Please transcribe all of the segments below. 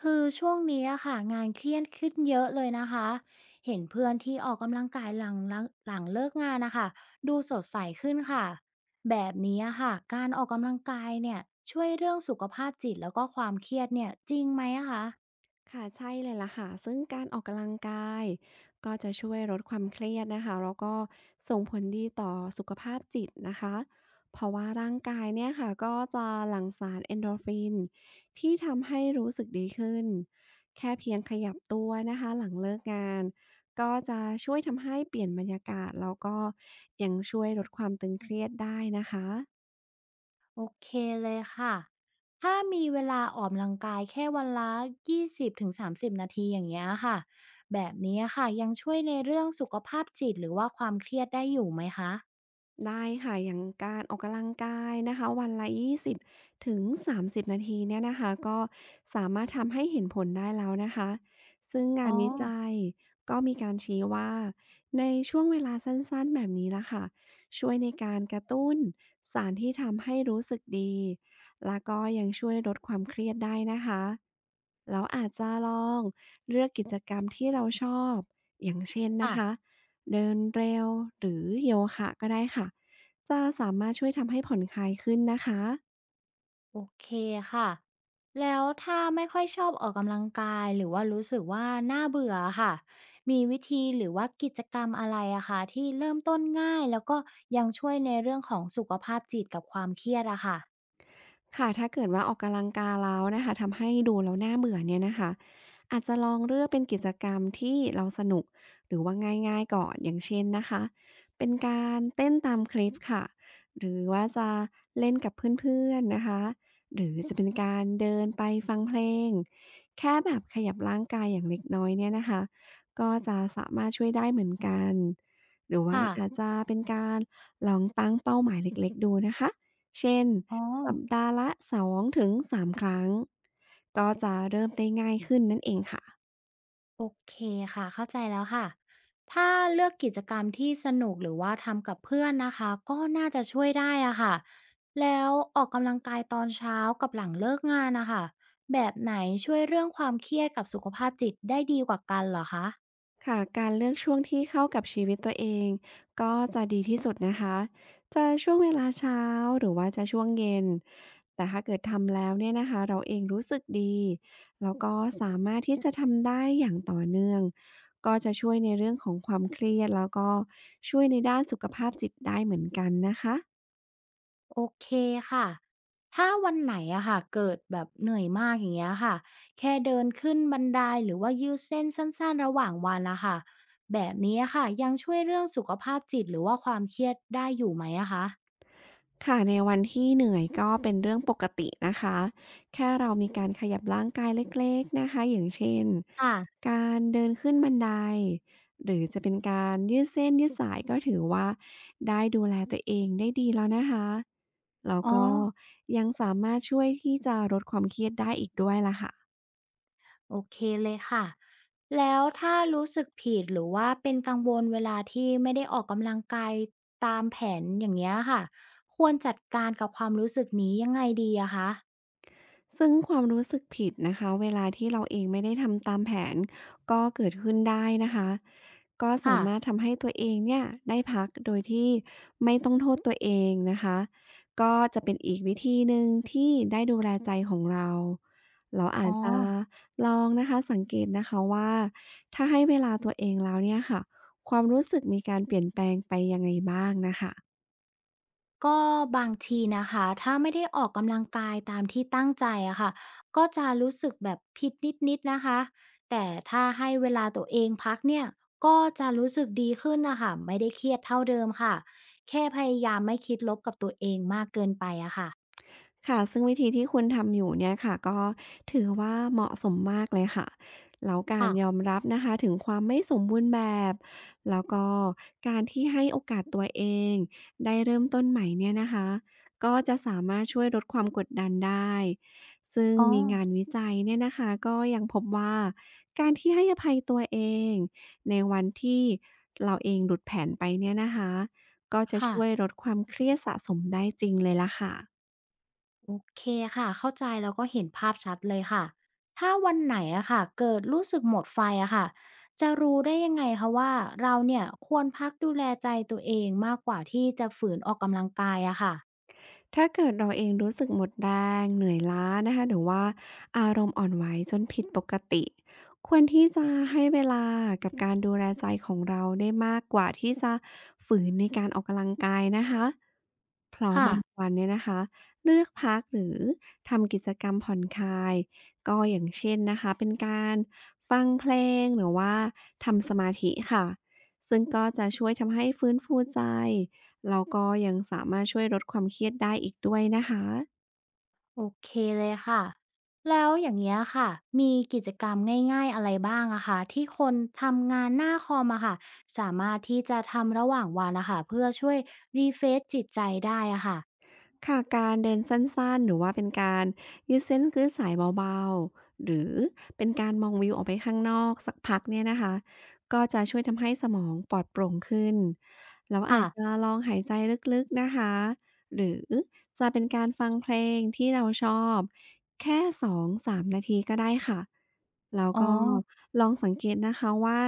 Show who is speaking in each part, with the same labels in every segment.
Speaker 1: คือช่วงนี้อะค่ะงานเครียดขึ้นเยอะเลยนะคะเห็นเพื่อนที่ออกกำลังกายหลังเลิกงานนะคะดูสดใสขึ้นค่ะแบบนี้อะค่ะการออกกำลังกายเนี่ยช่วยเรื่องสุขภาพจิตแล้วก็ความเครียดเนี่ยจริงไหมอะคะ
Speaker 2: ค่ะใช่เลยล่ะค่ะซึ่งการออกกำลังกายก็จะช่วยลดความเครียดนะคะแล้วก็ส่งผลดีต่อสุขภาพจิตนะคะเพราะว่าร่างกายเนี่ยค่ะก็จะหลั่งสาร e n d โดรฟินที่ทำให้รู้สึกดีขึ้นแค่เพียงขยับตัวนะคะหลังเลิกงานก็จะช่วยทำให้เปลี่ยนบรรยากาศแล้วก็ยังช่วยลดความตึงเครียดได้นะคะ
Speaker 1: โอเคเลยค่ะถ้ามีเวลาออกกำลังกายแค่วันละ20-30นาทีอย่างเงี้ยค่ะแบบนี้อะค่ะยังช่วยในเรื่องสุขภาพจิตหรือว่าความเครียดได้อยู่ไหมคะ
Speaker 2: ได้ค่ะอย่างการออกกำลังกายนะคะวันละ20ถึง30นาทีเนี่ยนะคะก็สามารถทำให้เห็นผลได้แล้วนะคะซึ่งงา
Speaker 1: อ๋อ
Speaker 2: นวิจัยก็มีการชี้ว่าในช่วงเวลาสั้นๆแบบนี้ละค่ะช่วยในการกระตุ้นสารที่ทำให้รู้สึกดีแล้วก็ยังช่วยลดความเครียดได้นะคะแล้วอาจจะลองเลือกกิจกรรมที่เราชอบอย่างเช่นนะคะ
Speaker 1: ค่ะ
Speaker 2: เดินเร็วหรือโยคะก็ได้ค่ะจะสามารถช่วยทำให้ผ่อนคลายขึ้นนะคะ
Speaker 1: โอเคค่ะ แล้วถ้าไม่ค่อยชอบออกกำลังกายหรือว่ารู้สึกว่าน่าเบื่อค่ะ มีวิธีหรือว่ากิจกรรมอะไรอะคะที่เริ่มต้นง่ายแล้วก็ยังช่วยในเรื่องของสุขภาพจิตกับความเครียดอะค่ะ
Speaker 2: ค่ะถ้าเกิดว่าออกกำลังกายแล้วนะคะทำให้ดูแล้วน่าเบื่อเนี่ยนะคะอาจจะลองเลือกเป็นกิจกรรมที่เราสนุกหรือว่าง่ายๆก่อนอย่างเช่นนะคะเป็นการเต้นตามคลิปค่ะหรือว่าจะเล่นกับเพื่อนๆนะคะหรือจะเป็นการเดินไปฟังเพลงแค่แบบขยับร่างกายอย่างเล็กน้อยเนี่ยนะคะก็จะสามารถช่วยได้เหมือนกันหรือว่า
Speaker 1: ค่ะ
Speaker 2: อาจจะเป็นการลองตั้งเป้าหมายเล็กๆดูนะคะ เช่น
Speaker 1: อ๋อ
Speaker 2: สัปดาห์ละสองถึงสา3ครั้งก็จะเริ่มได้ง่ายขึ้นนั่นเองค่ะ
Speaker 1: โอเคค่ะเข้าใจแล้วค่ะถ้าเลือกกิจกรรมที่สนุกหรือว่าทำกับเพื่อนนะคะก็น่าจะช่วยได้อะค่ะแล้วออกกำลังกายตอนเช้ากับหลังเลิกงานนะคะแบบไหนช่วยเรื่องความเครียดกับสุขภาพจิตได้ดีกว่ากันเหรอคะ
Speaker 2: ค่ะการเลือกช่วงที่เข้ากับชีวิตตัวเองก็จะดีที่สุดนะคะจะช่วงเวลาเช้าหรือว่าจะช่วงเย็นแต่ถ้าเกิดทำแล้วเนี่ยนะคะเราเองรู้สึกดีแล้วก็สามารถที่จะทำได้อย่างต่อเนื่องก็จะช่วยในเรื่องของความเครียดแล้วก็ช่วยในด้านสุขภาพจิตได้เหมือนกันนะคะ
Speaker 1: โอเคค่ะถ้าวันไหนอะค่ะเกิดแบบเหนื่อยมากอย่างเงี้ยค่ะแค่เดินขึ้นบันไดหรือว่ายืดเส้นสั้นๆระหว่างวันนะคะแบบนี้อะค่ะยังช่วยเรื่องสุขภาพจิตหรือว่าความเครียดได้อยู่ไหมอะคะ
Speaker 2: ค่ะในวันที่เหนื่อยก็เป็นเรื่องปกตินะคะแค่เรามีการขยับร่างกายเล็กๆนะคะอย่างเช่น
Speaker 1: ค่ะ
Speaker 2: การเดินขึ้นบันไดหรือจะเป็นการยืดเส้นยืดสายก็ถือว่าได้ดูแลตัวเองได้ดีแล้วนะคะแล้ว
Speaker 1: อ๋อ
Speaker 2: ก็ยังสามารถช่วยที่จะลดความเครียดได้อีกด้วยล่ะค่ะ
Speaker 1: โอเคเลยค่ะ แล้วถ้ารู้สึกผิดหรือว่าเป็นกังวลเวลาที่ไม่ได้ออกกำลังกายตามแผนอย่างเงี้ยค่ะ ควรจัดการกับความรู้สึกนี้ยังไงดีอะคะ
Speaker 2: ซึ่งความรู้สึกผิดนะคะเวลาที่เราเองไม่ได้ทำตามแผนก็เกิดขึ้นได้นะคะก็สา
Speaker 1: ค่ะ
Speaker 2: มารถทำให้ตัวเองเนี่ยได้พักโดยที่ไม่ต้องโทษตัวเองนะคะก็จะเป็นอีกวิธีหนึ่งที่ได้ดูแลใจของเราเราอา
Speaker 1: อ๋อ
Speaker 2: จจะลองนะคะสังเกตนะคะว่าถ้าให้เวลาตัวเองแล้วเนี่ยค่ะความรู้สึกมีการเปลี่ยนแปลงไปยังไงบ้างนะคะ
Speaker 1: ก็บางทีนะคะถ้าไม่ได้ออกกำลังกายตามที่ตั้งใจอะค่ะก็จะรู้สึกแบบผิดนิดๆนะคะแต่ถ้าให้เวลาตัวเองพักเนี่ยก็จะรู้สึกดีขึ้นนะคะไม่ได้เครียดเท่าเดิมค่ะแค่พยายามไม่คิดลบกับตัวเองมากเกินไปอะค่ะ
Speaker 2: ค่ะซึ่งวิธีที่คุณทำอยู่เนี่ยค่ะก็ถือว่าเหมาะสมมากเลยค่ะ แล้วการ
Speaker 1: ค่ะ
Speaker 2: ยอมรับนะคะ ถึงความไม่สมบูรณ์แบบ แล้วก็การที่ให้โอกาสตัวเองได้เริ่มต้นใหม่เนี่ยนะคะ ก็จะสามารถช่วยลดความกดดันได้ซึ่ง
Speaker 1: อ๋อ
Speaker 2: มีงานวิจัยเนี่ยนะคะ ก็ยังพบว่าการที่ให้อภัยตัวเองในวันที่เราเองหลุดแผนไปเนี่ยนะคะ ก็จะ
Speaker 1: ค่ะ
Speaker 2: ช่วยลดความเครียดสะสมได้จริงเลยล่ะค่ะ
Speaker 1: โอเคค่ะเข้าใจแล้วก็เห็นภาพชัดเลยค่ะถ้าวันไหนอะค่ะเกิดรู้สึกหมดไฟอะค่ะจะรู้ได้ยังไงคะว่าเราเนี่ยควรพักดูแลใจตัวเองมากกว่าที่จะฝืนออกกำลังกายอะค่ะ
Speaker 2: ถ้าเกิดเราเองรู้สึกหมดแรงเหนื่อยล้านะคะหรือว่าอารมณ์อ่อนไหวจนผิดปกติควรที่จะให้เวลากับการดูแลใจของเราได้มากกว่าที่จะฝืนในการออกกำลังกายนะคะเพราะ
Speaker 1: ค่ะ
Speaker 2: บางวันเนี่ยนะคะเลือกพักหรือทำกิจกรรมผ่อนคลายก็อย่างเช่นนะคะเป็นการฟังเพลงหรือว่าทำสมาธิค่ะซึ่งก็จะช่วยทำให้ฟื้นฟูใจ แล้วก็ยังสามารถช่วยลดความเครียดได้อีกด้วยนะคะ
Speaker 1: โอเคเลยค่ะแล้วอย่างเงี้ยค่ะมีกิจกรรมง่ายๆอะไรบ้างอะค่ะที่คนทำงานหน้าคอมอะค่ะสามารถที่จะทำระหว่างวันนะคะเพื่อช่วยรีเฟรชจิตใจได้อะค่ะ
Speaker 2: ค่ะการเดินสั้นๆหรือว่าเป็นการยืดเส้นยืดสายเบาๆหรือเป็นการมองวิวออกไปข้างนอกสักพักเนี่ยนะคะก็จะช่วยทำให้สมองปลอดโปร่งขึ้นแล้วอา
Speaker 1: ค่ะ
Speaker 2: จจะลองหายใจลึกๆนะคะหรือจะเป็นการฟังเพลงที่เราชอบแค่สองสามนาทีก็ได้ค่ะแล้ว
Speaker 1: อ๋อ
Speaker 2: ก็ลองสังเกตนะคะว่า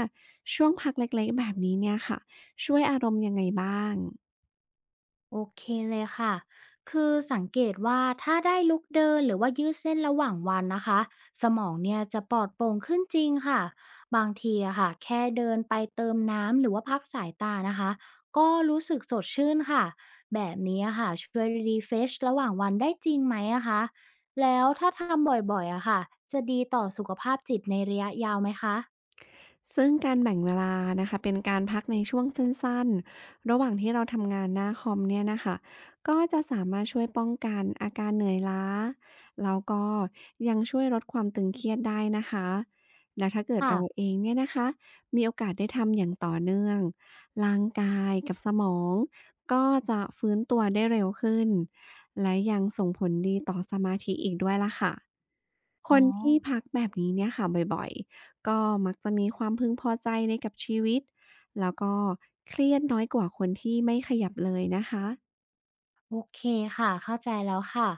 Speaker 2: ช่วงพักเล็กๆแบบนี้เนี่ยค่ะช่วยอารมณ์ยังไงบ้าง
Speaker 1: โอเคเลยค่ะคือสังเกตว่าถ้าได้ลุกเดินหรือว่ายืดเส้นระหว่างวันนะคะสมองเนี่ยจะปลอดโปร่งขึ้นจริงค่ะบางทีอะค่ะแค่เดินไปเติมน้ำหรือว่าพักสายตานะคะก็รู้สึกสดชื่นค่ะแบบนี้อะค่ะช่วยรีเฟชระหว่างวันได้จริงไหมอะคะแล้วถ้าทำบ่อยๆอะค่ะจะดีต่อสุขภาพจิตในระยะยาวไหมคะ
Speaker 2: ซึ่งการแบ่งเวลานะคะเป็นการพักในช่วงสั้นๆระหว่างที่เราทำงานหน้าคอมเนี่ยนะคะก็จะสามารถช่วยป้องกันอาการเหนื่อยล้าแล้วก็ยังช่วยลดความตึงเครียดได้นะคะและถ้าเกิด
Speaker 1: ค่ะ
Speaker 2: เราเองเนี่ยนะคะมีโอกาสได้ทำอย่างต่อเนื่องร่างกายกับสมองก็จะฟื้นตัวได้เร็วขึ้นและยังส่งผลดีต่อสมาธิอีกด้วยล่ะค่ะ ค
Speaker 1: อ๋อ
Speaker 2: นที่พักแบบนี้เนี่ยค่ะบ่อยๆ ก็มักจะมีความพึงพอใจในกับชีวิตแล้วก็เครียดน้อยกว่าคนที่ไม่ขยับเลยนะคะ
Speaker 1: โอเคค่ะเข้าใจแล้วค่ะ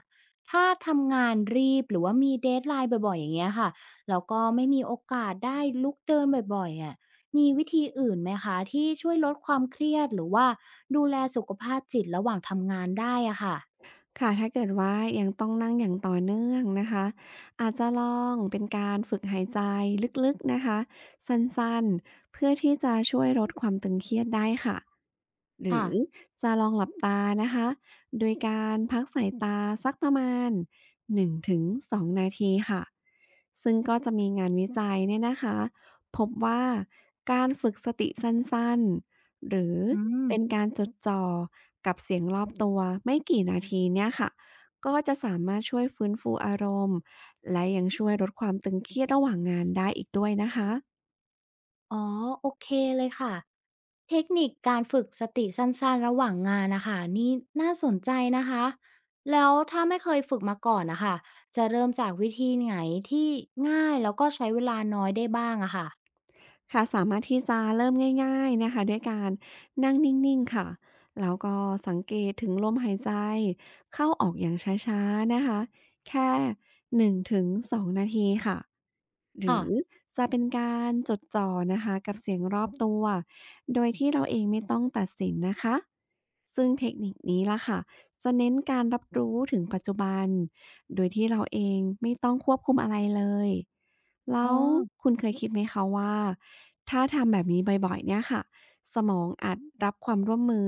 Speaker 1: ถ้าทำงานรีบหรือว่ามีเดทไลน์บ่อยๆอย่างเงี้ยค่ะแล้วก็ไม่มีโอกาสได้ลุกเดินบ่อยๆอะมีวิธีอื่นไหมคะที่ช่วยลดความเครียดหรือว่าดูแลสุขภาพจิตระหว่างทำงานได้อะค่ะ
Speaker 2: ค่ะถ้าเกิดว่ายังต้องนั่งอย่างต่อเนื่องนะคะอาจจะลองเป็นการฝึกหายใจลึกๆนะคะสั้นๆเพื่อที่จะช่วยลดความตึงเครียดได้ค่ะ หรื
Speaker 1: ค่ะ
Speaker 2: อจะลองหลับตานะคะโดยการพักสายตาสักประมาณ1-2นงถึงสองนาทีค่ะซึ่งก็จะมีงานวิจัยเนี่ยนะคะพบว่าการฝึกสติสั้นๆ หรือ
Speaker 1: อืม
Speaker 2: เป็นการจดจ่อกับเสียงรอบตัวไม่กี่นาทีเนี่ยค่ะก็จะสามารถช่วยฟื้นฟูอารมณ์และยังช่วยลดความตึงเครียดระหว่างงานได้อีกด้วยนะคะ
Speaker 1: อ๋อโอเคเลยค่ะเทคนิคการฝึกสติสั้นๆระหว่างงานนะคะนี่น่าสนใจนะคะแล้วถ้าไม่เคยฝึกมาก่อนนะคะจะเริ่มจากวิธีไหนที่ง่ายแล้วก็ใช้เวลาน้อยได้บ้างอะค่ะ
Speaker 2: ค่ะสามารถที่จะเริ่มง่ายๆนะคะด้วยการนั่งนิ่งๆค่ะแล้วก็สังเกตถึงลมหายใจเข้าออกอย่างช้าๆนะคะแค่1-2นงถึงสองนาทีค่ะ หรือ
Speaker 1: ค่ะ
Speaker 2: จะเป็นการจดจ่อนะคะกับเสียงรอบตัวโดยที่เราเองไม่ต้องตัดสินนะคะซึ่งเทคนิคนี้ล่ะค่ะจะเน้นการรับรู้ถึงปัจจุบันโดยที่เราเองไม่ต้องควบคุมอะไรเลยแล้
Speaker 1: อ๋อ
Speaker 2: วคุณเคยคิดไหมคะว่าถ้าทำแบบนี้บ่อยๆเนี่ยค่ะสมองอาจรับความร่วมมือ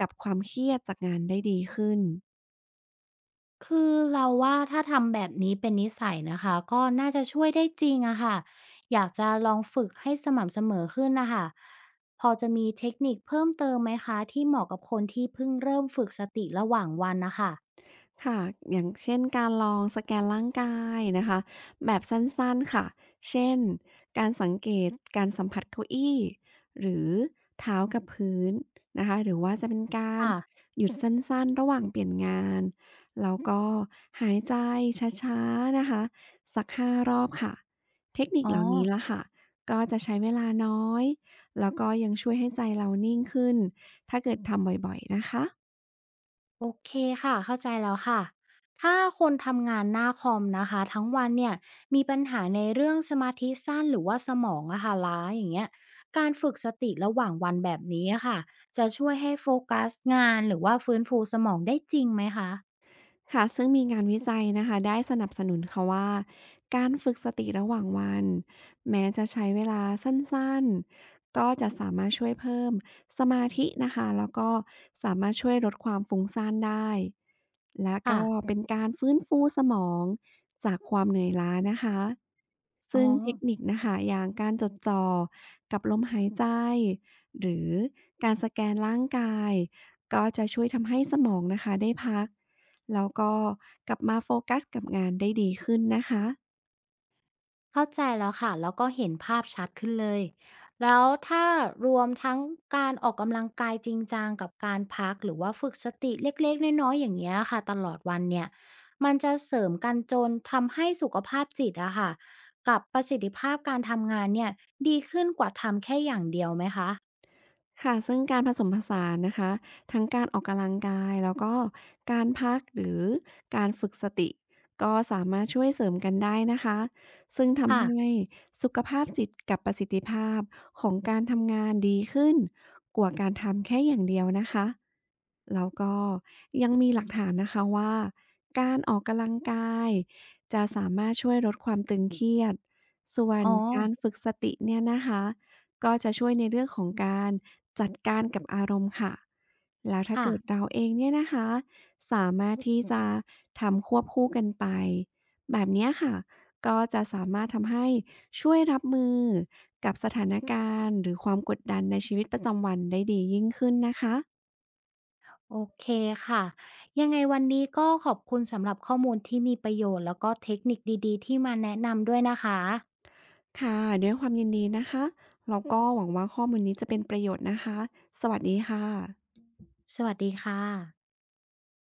Speaker 2: กับความเครียดจากงานได้ดีขึ้น
Speaker 1: คือเราว่าถ้าทำแบบนี้เป็นนิสัยนะคะก็น่าจะช่วยได้จริงอะค่ะอยากจะลองฝึกให้สม่ำเสมอขึ้นนะคะพอจะมีเทคนิคเพิ่มเติมไหมคะที่เหมาะกับคนที่เพิ่งเริ่มฝึกสติระหว่างวันนะคะ
Speaker 2: ค่ะอย่างเช่นการลองสแกนร่างกายนะคะแบบสั้นๆค่ะเช่นการสังเกตการสัมผัสเก้าอี้หรือเท้ากับพื้นนะคะหรือว่าจะเป็นการ
Speaker 1: ค่ะ
Speaker 2: หยุดสั้นๆระหว่างเปลี่ยนงานแล้วก็หายใจช้าๆนะคะสัก5 รอบค่ะเทคนิค
Speaker 1: อ๋อ
Speaker 2: เหล่านี้ละค่ะก็จะใช้เวลาน้อยแล้วก็ยังช่วยให้ใจเรานิ่งขึ้น ถ้าเกิดทำบ่อยๆนะคะ
Speaker 1: โอเคค่ะ เข้าใจแล้วค่ะ ถ้าคนทำงานหน้าคอมนะคะทั้งวันเนี่ยมีปัญหาในเรื่องสมาธิสั้นหรือว่าสมองอะค่ะล้าอย่างเงี้ยการฝึกสติระหว่างวันแบบนี้อะค่ะจะช่วยให้โฟกัสงานหรือว่าฟื้นฟูสมองได้จริงไหมคะ
Speaker 2: ค่ะซึ่งมีงานวิจัยนะคะได้สนับสนุนค่ะว่าการฝึกสติระหว่างวันแม้จะใช้เวลาสั้นๆก็จะสามารถช่วยเพิ่มสมาธินะคะแล้วก็สามารถช่วยลดความฟุ้งซ่านได้ และ
Speaker 1: ค่ะ
Speaker 2: ก็เป็นการฟื้นฟูสมองจากความเหนื่อยล้านะคะ
Speaker 1: อ๋อ
Speaker 2: ซึ่งเทคนิคนะคะอย่างการจดจ่อกับลมหายใจหรือการสแกนร่างกายก็จะช่วยทำให้สมองนะคะได้พักแล้วก็กลับมาโฟกัสกับงานได้ดีขึ้นนะคะ
Speaker 1: เข้าใจแล้วค่ะแล้วก็เห็นภาพชัดขึ้นเลยแล้วถ้ารวมทั้งการออกกำลังกายจริงจังกับการพักหรือว่าฝึกสติเล็กๆน้อยๆอย่างเงี้ยค่ะตลอดวันเนี่ยมันจะเสริมกันจนทำให้สุขภาพจิตอะค่ะกับประสิทธิภาพการทำงานเนี่ยดีขึ้นกว่าทำแค่อย่างเดียวไหมคะ
Speaker 2: ค่ะซึ่งการผสมผสานนะคะทั้งการออกกำลังกายแล้วก็การพักหรือการฝึกสติก็สามารถช่วยเสริมกันได้นะคะซึ่งทำให้
Speaker 1: ค่ะ
Speaker 2: สุขภาพจิตกับประสิทธิภาพของการทำงานดีขึ้นกว่าการทำแค่อย่างเดียวนะคะแล้วก็ยังมีหลักฐานนะคะว่าการออกกำลังกายจะสามารถช่วยลดความตึงเครียดส่วน
Speaker 1: อ๋อ
Speaker 2: การฝึกสติเนี่ยนะคะ ก็จะช่วยในเรื่องของการจัดการกับอารมณ์ค่ะ แล้วถ้า
Speaker 1: ค่ะ
Speaker 2: เกิดเราเองเนี่ยนะคะสามารถที่จะทำควบคู่กันไปแบบเนี้ยค่ะ ก็จะสามารถทำให้ช่วยรับมือกับสถานการณ์หรือความกดดันในชีวิตประจำวันได้ดียิ่งขึ้นนะคะ
Speaker 1: โอเคค่ะยังไงวันนี้ก็ขอบคุณสำหรับข้อมูลที่มีประโยชน์แล้วก็เทคนิคดีๆที่มาแนะนำด้วยนะคะ
Speaker 2: ค่ะด้วยความยินดีนะคะแล้วก็หวังว่าข้อมูลนี้จะเป็นประโยชน์นะคะ สวัสดีค่ะ
Speaker 1: สวัสดีค่ะ